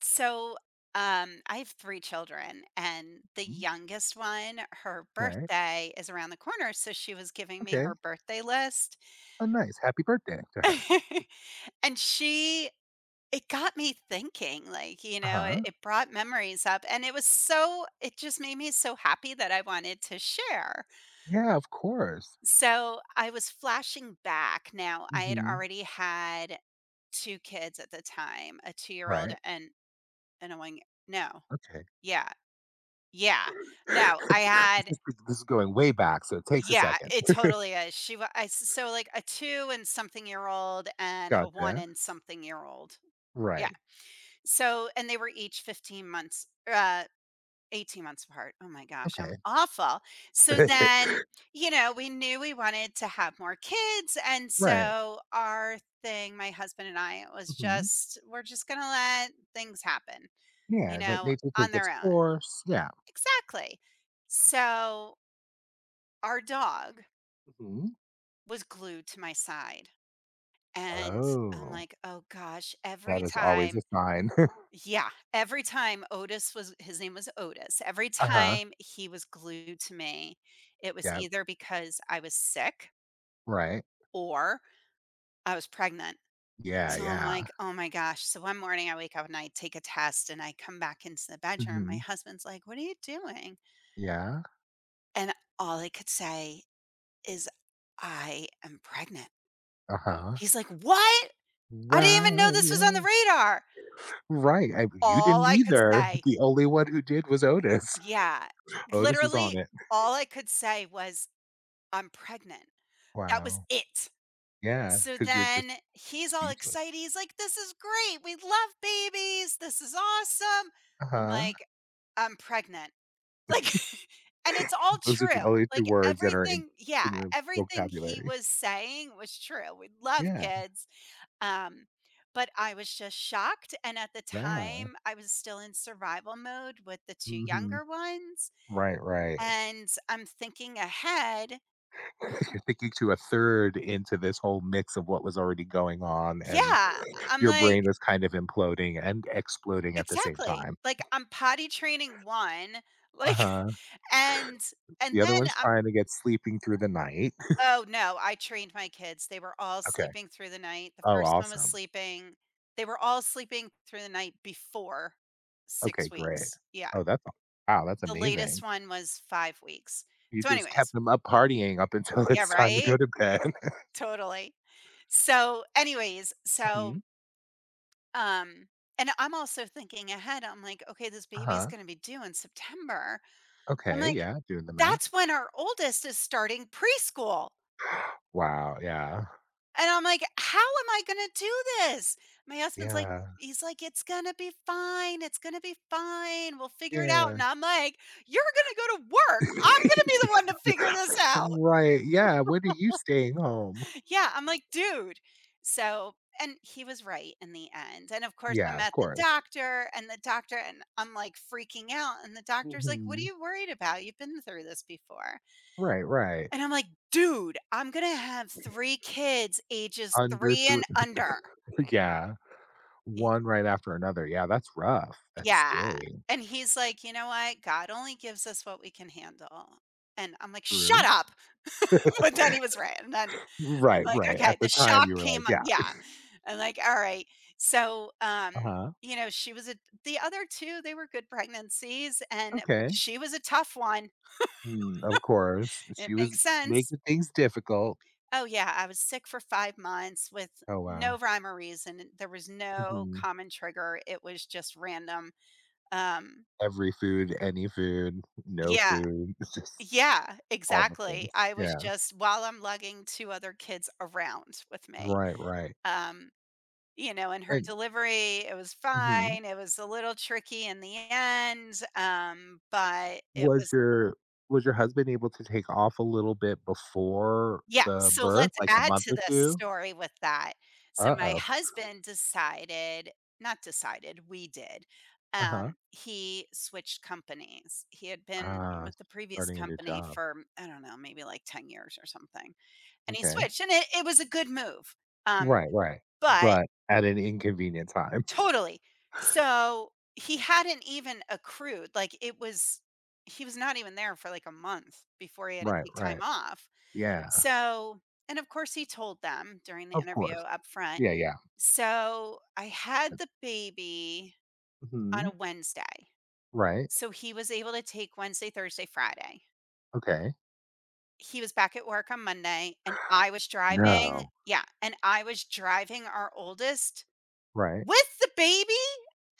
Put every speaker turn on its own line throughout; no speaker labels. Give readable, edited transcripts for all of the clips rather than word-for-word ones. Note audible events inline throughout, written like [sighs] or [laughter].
So, I have 3 children, and the
Mhm.
youngest one, her
Right.
birthday is around the corner, so she was giving me
Okay.
her birthday list.
Oh, nice. Happy birthday to her.
[laughs] And she It got me thinking, like, you know, it
Uh-huh.
it brought memories up, and it just made me so happy that I wanted to share.
Yeah, of course.
So, I was flashing back. Now, I had
Mhm.
already had 2 kids at the time, a 2-year-old
Right.
and a 1 no,
Okay.
yeah, Yeah. No,
[laughs]
I
This
had
is this is going way back, so it takes a
yeah,
second.
it totally is. She wa I s- so, like, a 2 and something year old and a 1
Gotcha.
and something year old. Yeah.
Right.
So and they were each 15 months uh, 18 months apart. Oh my gosh, I'm
Okay.
awful. So
[laughs]
then, we knew we wanted to have more kids, and
Right.
so our thing, my husband and I, it was
Mhm.
just, "We're just gonna let things happen," you
Yeah, let
know,
nature
on
take its
their own.
course. Yeah.
Exactly. So, our dog
Mhm.
was glued to my side. And I'm
Oh,
like, "Oh gosh,"
that
every
is always a
time
sign. [laughs]
Yeah, every time Otis was his name was Otis, every
Uh-huh.
time he was glued to me, it was
Yep.
either because I was sick
Right.
or I was pregnant.
Yeah,
So I'm
yeah.
like, "Oh my gosh." So one morning I wake up and I take a test and I come back into the bedroom. My
Mhm.
husband's like, "What are you doing?"
Yeah.
And all I could say is, "I am pregnant."
Uh-huh.
He's like, "What? I didn't
Wow.
even know this was on the radar."
Right, I you
All
didn't
I could
either.
say
The only one who did was Otis.
yeah,
[laughs] Otis was
literally
on it.
all I could say was, "I'm pregnant." That was
Wow.
it.
Yeah,
So
because 'cause you're just
then he's all
speechless.
excited, he's like, "This is great, we love babies, this is awesome." I'm
Uh-huh.
like, "I'm pregnant." Like, [laughs] and it's all
[laughs] Those are the
true,
only 2
like,
words that are in in your
everything he
vocabulary.
was saying was true, we love
Yeah,
kids. Um, but I was just shocked. And at the
yeah.
time, I was still in survival mode with the two
Mhm.
younger ones.
Right, right.
And I'm thinking ahead.
[laughs]
[sighs]
You're thinking to a third into this whole mix of what was already going on, and
Yeah. I'm
your
like,
brain is kind of imploding and exploding at the same
exactly.
time.
Like, I'm potty training one. Like,
Uh-huh.
[laughs] and,
The
and
other
then
one's
I'm,
trying to get sleeping through the night.
oh no, I trained my kids. They were all
Okay.
sleeping through the night. The
Oh,
first one was
awesome.
sleeping. They were all sleeping through the night before
Okay,
six
great.
weeks. Yeah.
Oh, that's wow, that's
The latest
amazing.
one was 5 weeks.
You
So
just kept
anyways
them up partying up until [laughs]
Yeah,
it's time to
right?
go to bed. [laughs]
Totally. So anyways,
Mhm.
um and I'm also thinking ahead, I'm like, "Okay, this baby's
Uh-huh.
gonna be due in September." I'm
Okay,
like,
yeah, doing the math.
"That's when our oldest is starting preschool."
Wow, yeah.
And I'm like, "How am I gonna do this?" My husband's like
Yeah.
He's like, "It's gonna be fine, it's gonna be fine, we'll figure it out."
Yeah.
And I'm like, "You're gonna go to work. I'm gonna be the
[laughs]
one to figure this out."
Right, yeah, when are you staying home?
Yeah, I'm like, "Dude." So and he was right in the end, and of course,
Yeah,
I'm
of
at the
course.
doctor, and I'm, like, freaking out, and the doctor's like, "What are
Mhm.
you worried about? You've been through this before."
Right, right.
And I'm like, "Dude, I'm gonna have 3 kids ages
Under
3
three.
and under."
[laughs] Yeah,
Y
one right after another. Yeah, that's rough. That's
Yeah,
scary.
and he's like, "You know what? God only gives us what we can handle." And I'm like, "Shut
True.
up." [laughs] But then he was right, and then
[laughs] Right,
like,
right.
okay,
At
the
the time,
shock
you were like,
came up
"Yeah,
yeah. I'm like, "All right." So,
uh-huh,
you know, she was a the other 2, they were good pregnancies and but
okay."
she was a tough one.
Mm, of course,
It
she was
makes sense.
making things difficult.
Oh, yeah, I was sick for 5 months with
Oh,
no
wow.
rhyme or reason, there was no
Mhm.
common trigger, it was just random. Um
Every food, any food, no
Yeah.
food, [laughs] just
Yeah,
all the
exactly.
things.
I was
Yeah.
just while I'm lugging 2 other kids around with me.
Right, right.
Um You know, and her
And
delivery, it was
Mhm.
fine, it was a little tricky in the end, but it
Was
was
your was your husband able to take off a little bit before
yeah,
the
so
birth,
let's
like a
add
month
to
or
this
2?
story with that. So my
Uh-oh.
husband decided not decided, we did, um,
Uh-huh.
he switched companies. He had been
Ah,
with the previous
starting a new
company
job.
for, I don't know, maybe like 10 years or something, and he
Okay.
switched, and it was a good move, um,
Right, right.
but
But at an inconvenient time. [laughs]
Totally. So, he hadn't even accrued, like, it was he was not even there for, like, a month before he had to
Right,
take
right.
time off.
Yeah,
So and of course he told them during the
of
interview
course.
up front.
Yeah, yeah.
So, I had the baby on
Mhm.
a Wednesday.
Right,
So, he was able to take Wednesday, Thursday, Friday.
okay.
He was back at work on Monday, and I was driving
No.
yeah, and I was driving our oldest
Right.
with the baby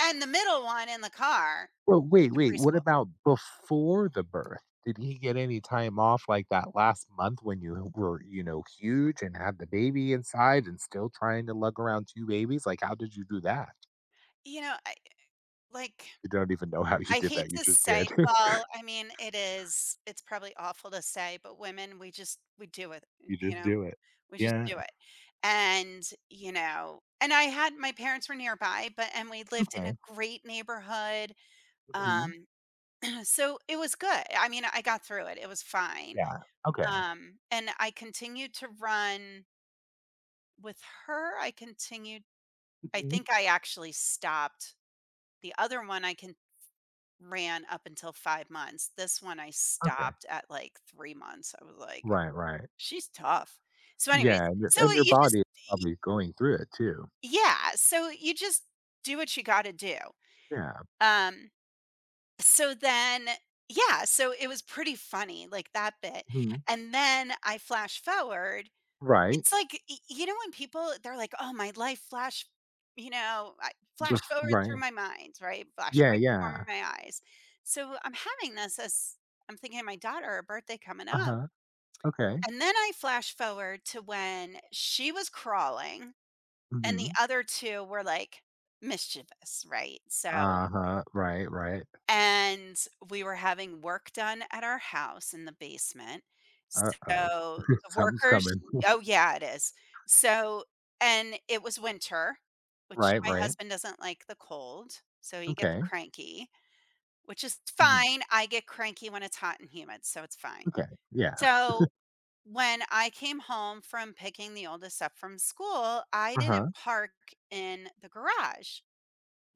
and the middle one in the car
Well, wait,
to
wait, what
preschool.
about before the birth? Did he get any time off like that last month when you were you know, huge and had the baby inside and still trying to lug around 2 babies? Like, how did you do that?
You know, I like,
You don't even know how you
I
did that,
hate
you
to
just did.
say
[laughs]
I mean, it's probably awful to say, but women, we do it,
You
you
just
know?
do it.
We just
Yeah,
do it. And, you know and I had my parents were nearby, but and we lived in
okay,
a great neighborhood,
mhm,
um, [clears throat] so it was good. I mean, I got through it, it was fine.
yeah, okay,
And I continued to run with her, I continued I
mhm,
think I actually stopped. The other one I can Ran up until 5 months. This one I
okay.
stopped at, like, 3 months. I was like,
Right, right.
"She's tough." So anyways,
Yeah, and your
so
and your
you just
body is
y
probably going through it too.
yeah, so you just do what you gotta do.
Yeah,
Um, so then yeah, so it was pretty funny, like, that bit,
mhm,
and then I flash forward
right,
it's like, y you know, when people they're like, "Oh, my life flash" you know, I flash
bef
forward
right.
through my mind, right? Flash
Yeah,
right before
yeah.
my eyes. So, I'm having this as I'm thinking of my daughter, her birthday coming up,
Uh-huh. Okay.
and then I flash forward to when she was crawling and the
Mhm.
other 2 were, like, mischievous, right? So
Uh-huh. Right, right.
and we were having work done at our house in the basement.
Uh-oh.
So
[laughs]
the
Something's
workers
coming. [laughs]
Oh, yeah, it is. So and it was winter, which
Right,
my
right.
husband doesn't like the cold, so he gets
Okay.
cranky, which is
Mhm.
fine. I get cranky when it's hot and humid, so it's fine.
Okay. Yeah.
So when I came home from picking the oldest up from school, I didn't
Uh-huh.
park in the garage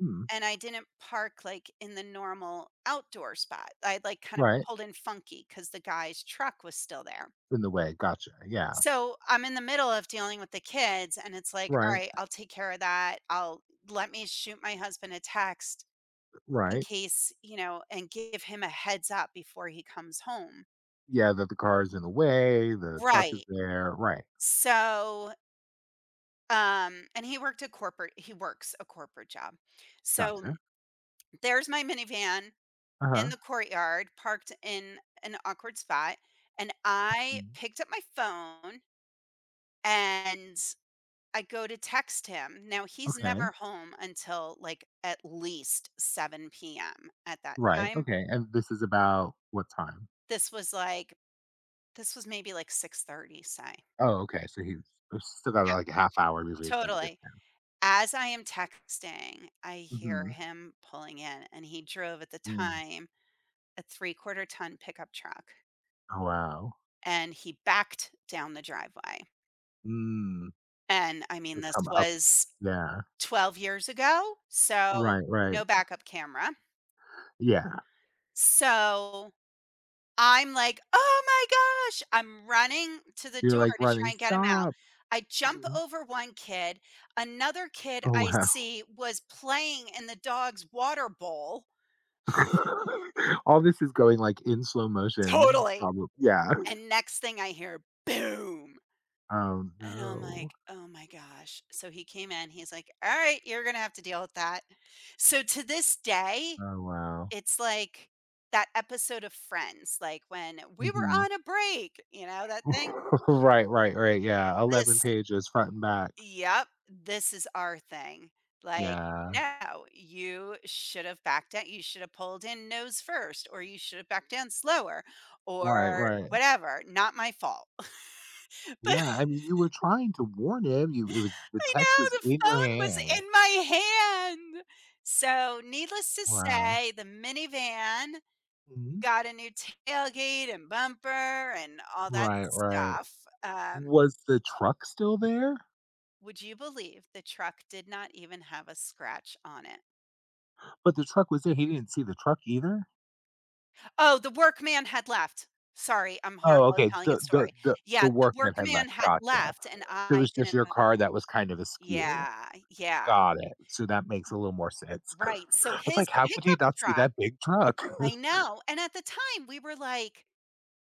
Mm.
and I didn't park, like, in the normal outdoor spot. I, like, kind of
Right.
pulled in funky because the guy's truck was still there.
In the way. Gotcha. Yeah.
So, I'm in the middle of dealing with the kids, and it's like, "All
Right.
right, I'll take care of that. I'll let me shoot my husband a text in
Right.
case, you know, and give him a heads up before he comes home."
Yeah, that the car is in the way, the truck is
Right.
there. Right.
So, and he worked a corporate he works a corporate job. So,
Gotcha.
there's my minivan in
Uh-huh.
the courtyard, parked in an awkward spot, and I
Mm.
picked up my phone and I go to text him. Now he's
Okay.
never home until like at least 7 p.m. at that
Right.
time.
Okay. And this is about what time?
This was like this was maybe like 6:30, say.
Oh, okay. So he's still got
Yeah,
like a half hour before he's gonna get
totally.
there.
As I am texting, I hear
Mhm.
him pulling in and he drove at the
Mm.
time a three-quarter ton pickup truck
Oh, wow.
and he backed down the driveway.
Mm.
And, I
They
mean, this
come up
was
Yeah.
12 years ago, so
Right, right.
no backup camera.
Yeah.
So, I'm like, "Oh my gosh!" I'm running to the
You're,
door
like,
to try
running,
and get him out.
"Stop."
I jump
Mhm.
over one kid. Another kid
Oh,
I
wow.
see was playing in the dog's water bowl.
[laughs] All this is going, like, in slow motion,
Totally.
probably, yeah.
And next thing I hear, boom.
Oh,
And I'm
no.
like, "Oh my gosh." So he came in, he's like, "Alright, you're gonna have to deal with that." So to this day,
Oh, wow.
it's like that episode of Friends, like when we were
Mhm.
on a break, you know, that thing?
[laughs] Right, right, right, yeah, 11
This
pages front and back.
Yep, this is our thing. Like,
Yeah.
no, you should have backed out. You should have pulled in nose first, or you should have backed down slower,
Right,
or
right.
whatever. Not my fault. [laughs] But
Yeah, I mean, you were trying to warn him, you it was the
I
text was
know the
in your
phone was
hand.
in my hand. So needless to
Wow.
say, the minivan
Mhm.
got a new tailgate and bumper and all that
Right, right.
stuff. Um,
Was the truck still there?
would you believe the truck did not even have a scratch on it?
But the truck was there, he didn't see the truck either?
Oh, the workman had left. Sorry, I'm
Oh,
horrible at
okay,
telling a
the the
story.
the the
Yeah, the
workman had
workman
left,
had
gotcha.
left and
So it
I
was just
didn't
your
move.
car that was kind of askew.
Yeah, yeah,
Got it, so that makes a little more sense. [laughs]
right.
I was
His
like, "How could he
pickup
not see
truck,
that big truck?"
I
[laughs]
know. And at the time we were like,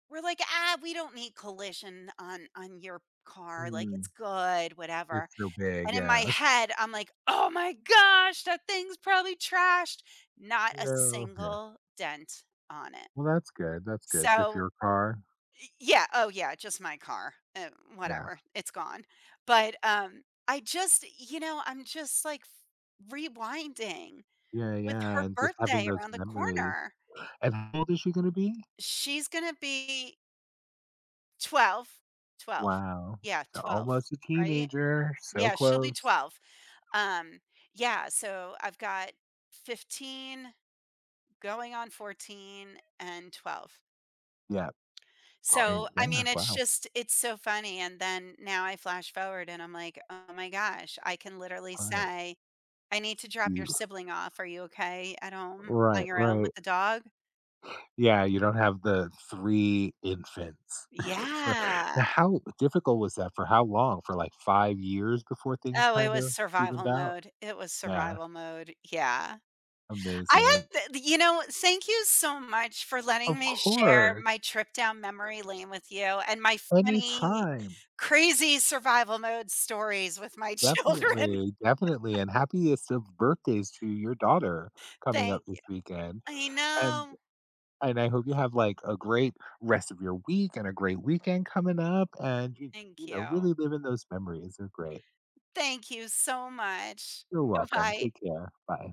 ah, we don't need collision on your car. Like
Mm,
it's good, whatever.
it's so big,
And in my
yeah.
head, I'm like, "Oh my gosh, that thing's probably trashed." Not a
No, yeah.
single dent on it.
Well, that's good, just
So,
your car?
y yeah, oh yeah, just my car, eh,
Yeah.
whatever, it's gone. But, I just you know, I'm just, like, rewinding
Yeah,
with
yeah,
her
and just having
birthday
those
around the
memories.
corner.
And how old is she gonna be?
She's gonna be 12, 12.
Wow,
Yeah,
so
12,
almost a
right?
teenager, so
Yeah, she'll be
close.
12. Um, yeah, so I've got 15 going on 14 and 12.
Yeah, going
So, I
yeah,
mean,
wow,
it's so funny and then now I flash forward and I'm like, "Oh my gosh, I can literally
all right.
say, I need to drop your
You
sibling off. Are you okay at home on
Right,
your own
right.
with the dog?"
Yeah, you don't have the 3 infants [laughs] for now
Yeah.
how difficult was that? For how long? For, like, 5 years before things
Oh, it
kind
was
of evened
survival
out?
mode. It was
Yeah,
survival mode. Yeah. I
amazing.
had th you know, thank you so much for
Of
letting me share
course,
my trip down memory lane with you and my funny,
anytime.
crazy survival mode stories with my [laughs] children.
Definitely, definitely, and happiest of birthdays to your daughter coming up
Thank you.
this weekend,
I
and
know.
and I hope you have, like, a great rest of your week and a great weekend coming up, and you
Thank
you know, really
you.
live in those memories, they're great.
Thank you so much.
You're welcome.
Bye-bye.
Take care. Bye.